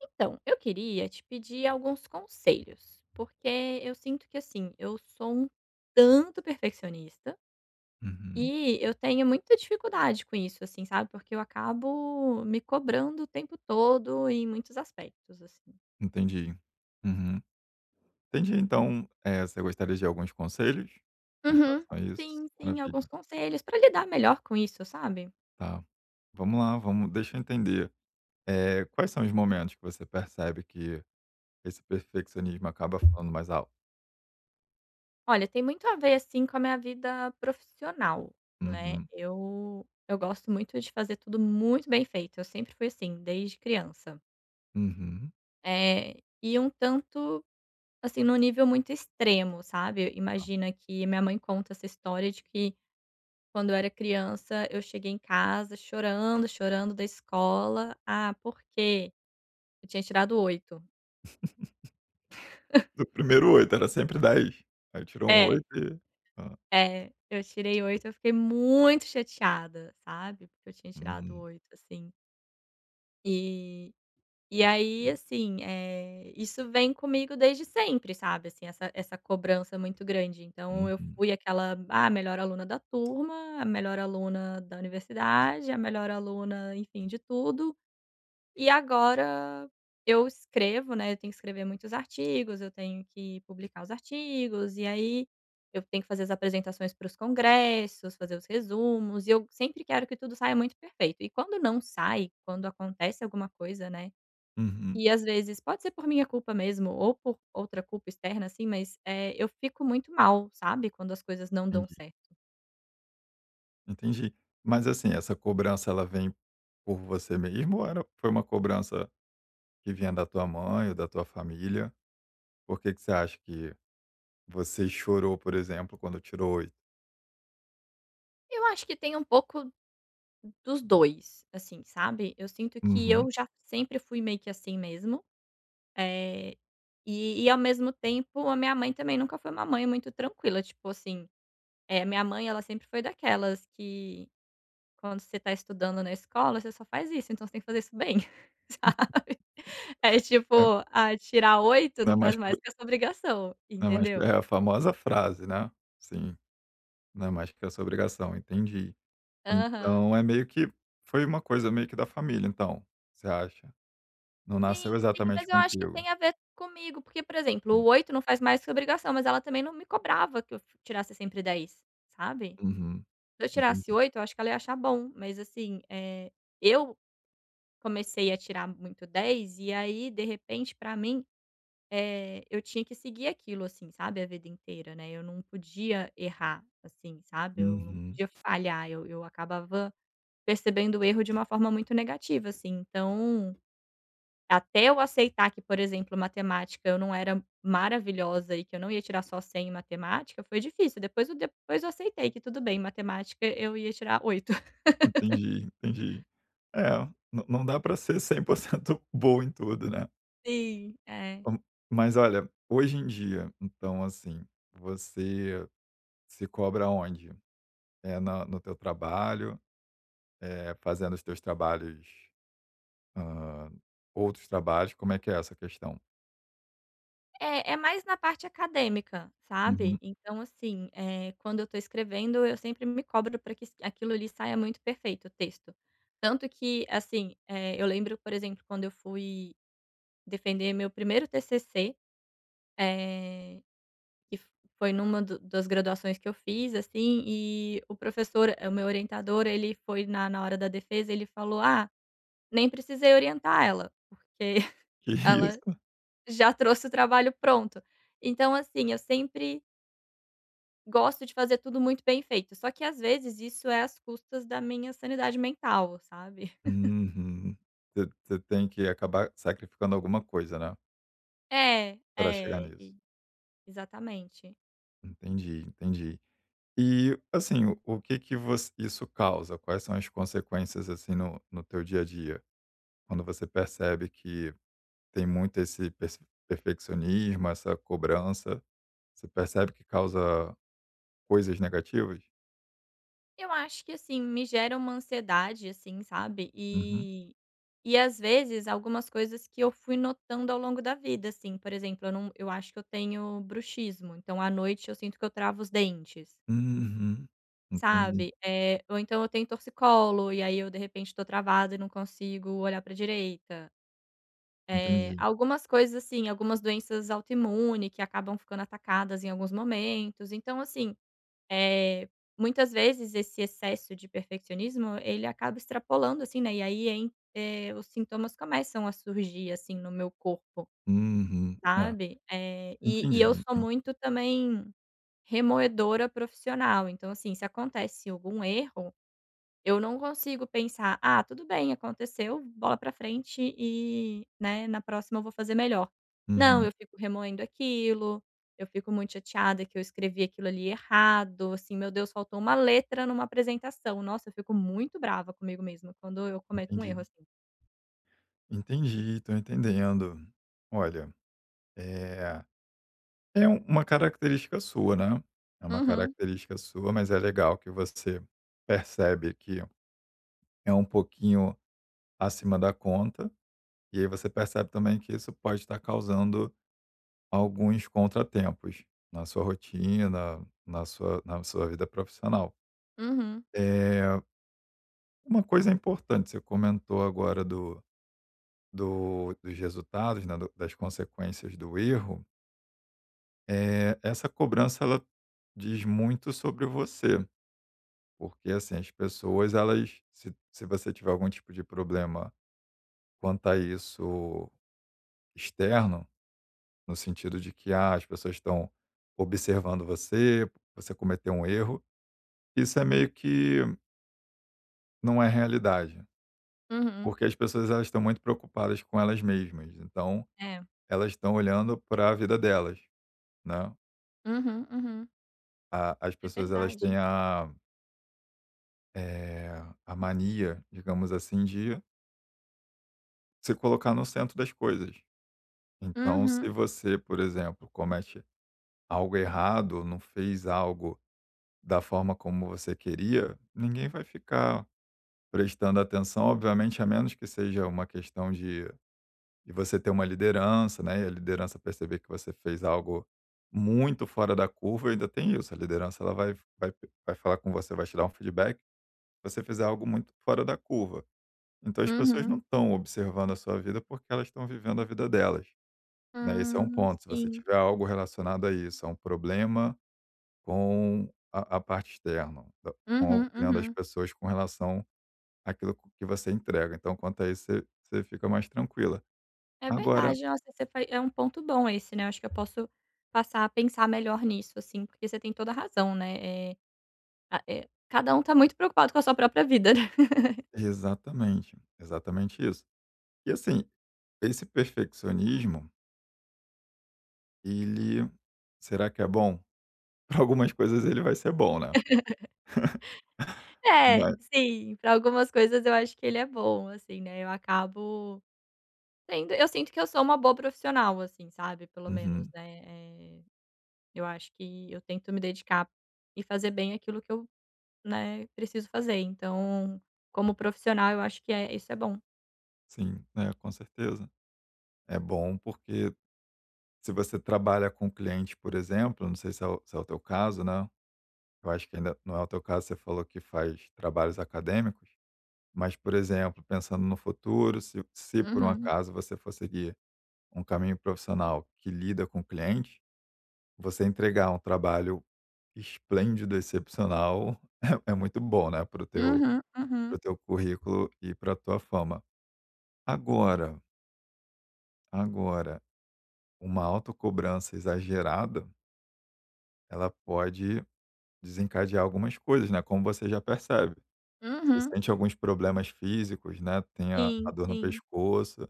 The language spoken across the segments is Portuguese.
Então, eu queria te pedir alguns conselhos, porque eu sinto que assim, eu sou um tanto perfeccionista Uhum. e eu tenho muita dificuldade com isso, assim, sabe? Porque eu acabo me cobrando o tempo todo em muitos aspectos, assim. Entendi. Uhum. Entendi, então, você gostaria de alguns conselhos com Uhum. relação a isso? Sim, sim, alguns Maravilha, conselhos para lidar melhor com isso, sabe? tá. Vamos lá, vamos deixa eu entender, quais são os momentos que você percebe que esse perfeccionismo acaba falando mais alto? Olha, tem muito a ver assim com a minha vida profissional, né? Uhum, Eu gosto muito de fazer tudo muito bem feito. Eu sempre fui assim, desde criança. uhum, É, e um tanto, assim, num nível muito extremo, sabe. tá. Imagina que minha mãe conta essa história de que quando eu era criança eu cheguei em casa chorando, chorando da escola. Ah, porque eu tinha tirado oito. Do primeiro 8 era sempre dez, aí tirou um É, 8 e hã, é, eu tirei oito, eu fiquei muito chateada, sabe, porque eu tinha tirado uhum, 8 assim. E e aí, assim, isso vem comigo desde sempre, sabe, assim, essa cobrança muito grande. Então eu uhum, fui aquela, melhor aluna da turma, a melhor aluna da universidade, a melhor aluna, enfim, de tudo. E agora eu escrevo, né, eu tenho que escrever muitos artigos, eu tenho que publicar os artigos, e aí eu tenho que fazer as apresentações para os congressos, fazer os resumos, e eu sempre quero que tudo saia muito perfeito. E quando não sai, quando acontece alguma coisa, né, uhum, e às vezes pode ser por minha culpa mesmo ou por outra culpa externa, assim, mas, eu fico muito mal, sabe, quando as coisas não dão entendi, certo. entendi. Mas, assim, essa cobrança ela vem por você mesmo ou era foi uma cobrança que vinha da tua mãe ou da tua família? Por que que você acha que você chorou, por exemplo, quando tirou 8? Eu acho que tem um pouco dos 2 assim, sabe. Eu sinto que Uhum. eu já sempre fui meio que assim mesmo, eh, e ao mesmo tempo a minha mãe também nunca foi uma mãe muito tranquila, tipo assim, minha mãe ela sempre foi daquelas que quando você está estudando na escola, você só faz isso, então você tem que fazer isso bem, sabe. É tipo, É, ah, tirar 8 não é não mais faz que mais obri que a sua obrigação, não é mais que é entendeu? a famosa frase, né. Sim, não é mais que essa obrigação, entendi. Aham. Então é meio que foi uma coisa meio que da família então, você acha? Não nasceu Sim, sim, exatamente mas eu acho que contigo. tem a ver comigo, porque, por exemplo, o Hum, 8 não faz mais que obrigação, mas ela também não me cobrava que tirasse sempre 10, sabe? uhum, Se eu tirasse entendi. 8, eu acho que ela ia achar bom, mas assim, eu comecei a tirar muito 10 e aí, de repente, pra mim, eu tinha que seguir aquilo, assim, sabe, a vida inteira, né, eu não podia errar, assim, sabe, eu não Uhum. podia falhar, eu acabava percebendo o erro de uma forma muito negativa, assim. Então, até eu aceitar que, por exemplo, matemática eu não era maravilhosa e que eu não ia tirar só 100 em matemática, foi difícil. Depois eu aceitei que tudo bem, matemática eu ia tirar oito. Entendi, entendi. É, não, não dá para ser 100% bom em tudo, né. Sim, é. Hum, mas olha, hoje em dia, então assim, você se cobra onde? É na no teu trabalho? É fazendo os teus trabalhos, hã, outros trabalhos, como é que é essa questão? É, é mais na parte acadêmica, Uhum. sabe. Então, assim, quando eu tô escrevendo, eu sempre me cobro para que s aquilo ali saia muito perfeito, o texto. Tanto que, assim, eu lembro, por exemplo, quando eu fui defender meu primeiro TCC. Eh, que f foi numa do das graduações que eu fiz, assim, e o professor, o meu orientador, ele foi, na hora da defesa, ele falou: "Ah, nem precisei orientar ela, porque ela Isso. já trouxe o trabalho pronto". Então, assim, eu sempre gosto de fazer tudo muito bem feito, só que às vezes isso é às custas da minha sanidade mental, sabe. Uhum. Você tem que acabar sacrificando alguma coisa, né, É, para chegar é, nisso. e exatamente. Entendi, entendi. E, assim, o que que voc isso causa? Quais são as consequências, assim, no no teu dia a dia? Quando você percebe que tem muito esse perfe perfeccionismo, essa cobrança. Você percebe que causa coisas negativas? Eu acho que, assim, me gera uma ansiedade, assim, sabe, Uhum. E às vezes algumas coisas que eu fui notando ao longo da vida, assim, por exemplo, eu não eu acho que eu tenho bruxismo, então à noite eu sinto que eu travo os dentes, Uhum. Entendi, sabe. É, ou então eu tenho torcicolo, e aí eu de repente estou travada e não consigo olhar para direita. É, entendi. algumas coisas assim, algumas doenças autoimunes que acabam ficando atacadas em alguns momentos, então assim, eh, muitas vezes esse excesso de perfeccionismo, ele acaba extrapolando, assim, né, e aí, os sintomas começam a surgir, assim, no meu corpo, Uhum. É, sabe. E eu entendi, sou enten muito também remoedora profissional, então, assim, se acontece algum erro eu não consigo pensar: "Ah, tudo bem, aconteceu, bola pra frente e, né, na próxima eu vou fazer melhor". Não, uhum, eu fico remoendo aquilo, eu fico muito chateada que eu escrevi aquilo ali errado, assim, meu Deus, faltou uma letra numa apresentação. Nossa, eu fico muito brava comigo mesma quando eu cometo um entendi. erro assim. Entendi, estou entendendo. Olha, é é uma característica sua, né, é uma Uhum, característica sua, mas é legal que você percebe que é um pouquinho acima da conta, e aí você percebe também que isso pode estar causando alguns contratempos na sua rotina, na sua vida profissional. uhum, É uma coisa importante, você comentou agora do dos resultados, né, do das consequências do erro, essa cobrança ela diz muito sobre você, porque, assim, as pessoas elas se você tiver algum tipo de problema quanto a isso externo, no sentido de que, ah, as pessoas estão observando você, você cometeu um erro. Isso é meio que não é realidade, uhum. porque as pessoas elas estão muito preocupadas com elas mesmas, então É. elas estão olhando para a vida delas, né. Uhum, uhum. A as É pessoas elas têm verdade. a, eh, a mania, digamos assim, de se colocar no centro das coisas. Então se Uhum, você, por exemplo, comete algo errado, não fez algo da forma como você queria, ninguém vai ficar prestando atenção, obviamente, a menos que seja uma questão de e você ter uma liderança, né, e a liderança perceber que você fez algo muito fora da curva, ainda tem isso, a liderança ela vai vai falar com você, vai te dar um feedback, você fizer algo muito fora da curva. Então as pessoas uhum. não estão observando a sua vida, porque elas estão vivendo a vida delas, né, esse é um ponto, se você Sim. tiver algo relacionado a isso, a um problema com a parte externa, da com a Uhum, opinião das uhum. pessoas com relação àquilo que você entrega, então quanto a isso você você fica mais tranquila. É Agora, verdade, nossa, você foi é um ponto bom esse, né, acho que eu posso passar a pensar melhor nisso, assim, porque você tem toda a razão, né, cada um tá muito preocupado com a sua própria vida, né. exatamente, exatamente isso. E assim, esse perfeccionismo, ele será que é bom? Para algumas coisas ele vai ser bom, né? É, Mas, sim, pra algumas coisas eu acho que ele é bom, assim, né, eu acabo sendo eu sinto que eu sou uma boa profissional, assim, sabe, pelo menos, uhum, né, eh, eu acho que eu tento me dedicar e fazer bem aquilo que eu, né, preciso fazer, então, como profissional eu acho que isso é bom. sim, né, com certeza. É bom porque se você trabalha com cliente, por exemplo, não sei se é o, se é o teu caso, né? Eu acho que ainda não é o teu caso, você falou que faz trabalhos acadêmicos, mas, por exemplo, pensando no futuro, se por um Uhum. acaso você for seguir um caminho profissional que lida com cliente, você entregar um trabalho esplêndido, excepcional, é é muito bom, né, Uhum, para o uhum, teu currículo e para a tua fama. Agora, agora, uma autocobrança exagerada, ela pode desencadear algumas coisas, né, como você já percebe. Você uhum. sente alguns problemas físicos, né, tem a Sim, dor no sim. pescoço,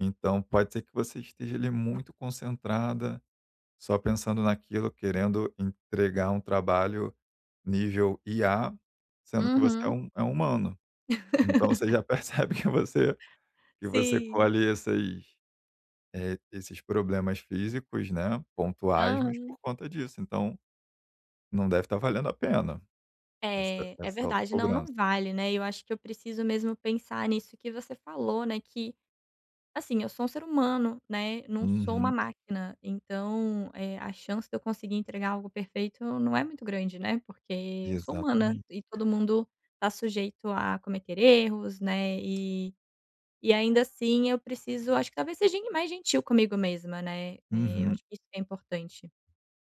então pode ser que você esteja ali muito concentrada, só pensando naquilo, querendo entregar um trabalho nível IA, sendo que você é Uhum. É um humano. Então você já percebe que você Sim. colhe essas, esses problemas físicos, né, pontuais, mas por Aham. conta disso, então não deve estar valendo a pena É, é essa verdade. Não, autocobrança. não vale, né. Eu acho que eu preciso mesmo pensar nisso que você falou, né, que, assim, eu sou um ser humano, né, não sou uma Uhum, máquina. Então, é a chance de eu conseguir entregar algo perfeito não é muito grande, né, porque eu sou humana exatamente. e todo mundo tá sujeito a cometer erros, né, e ainda assim eu preciso acho que talvez seja mais gentil comigo mesma, né. Eu Uhum. acho que isso é importante.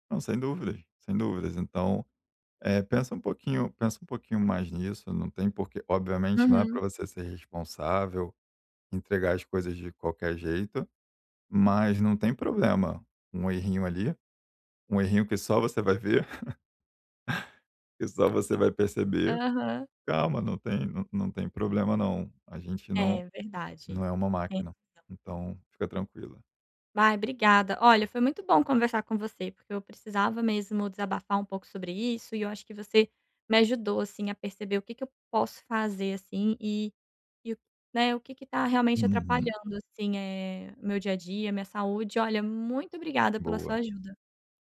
Não, sem dúvidas, sem dúvidas. Então, pensa um pouquinho mais nisso, não tem porque obviamente não é para Uhum. você ser responsável entregar as coisas de qualquer jeito, mas não tem problema um errinho ali, um errinho que só você vai ver e só você vai perceber. Aham. Calma, não tem problema não. A gente É, verdade. não é uma É. máquina. Então, fica tranquila. Ai, obrigada. Olha, foi muito bom conversar com você, porque eu precisava mesmo desabafar um pouco sobre isso, e eu acho que você me ajudou, assim, a perceber o que que eu posso fazer, assim, e o que que tá realmente Uhum. atrapalhando, assim, é o meu dia a dia, minha saúde. Olha, muito obrigada pela sua Boa. ajuda.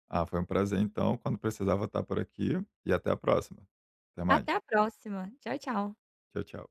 Ah, foi um prazer então. Quando precisar, vou estar por aqui. E até a próxima. Até Até mais. a próxima. Tchau, tchau. Tchau, tchau.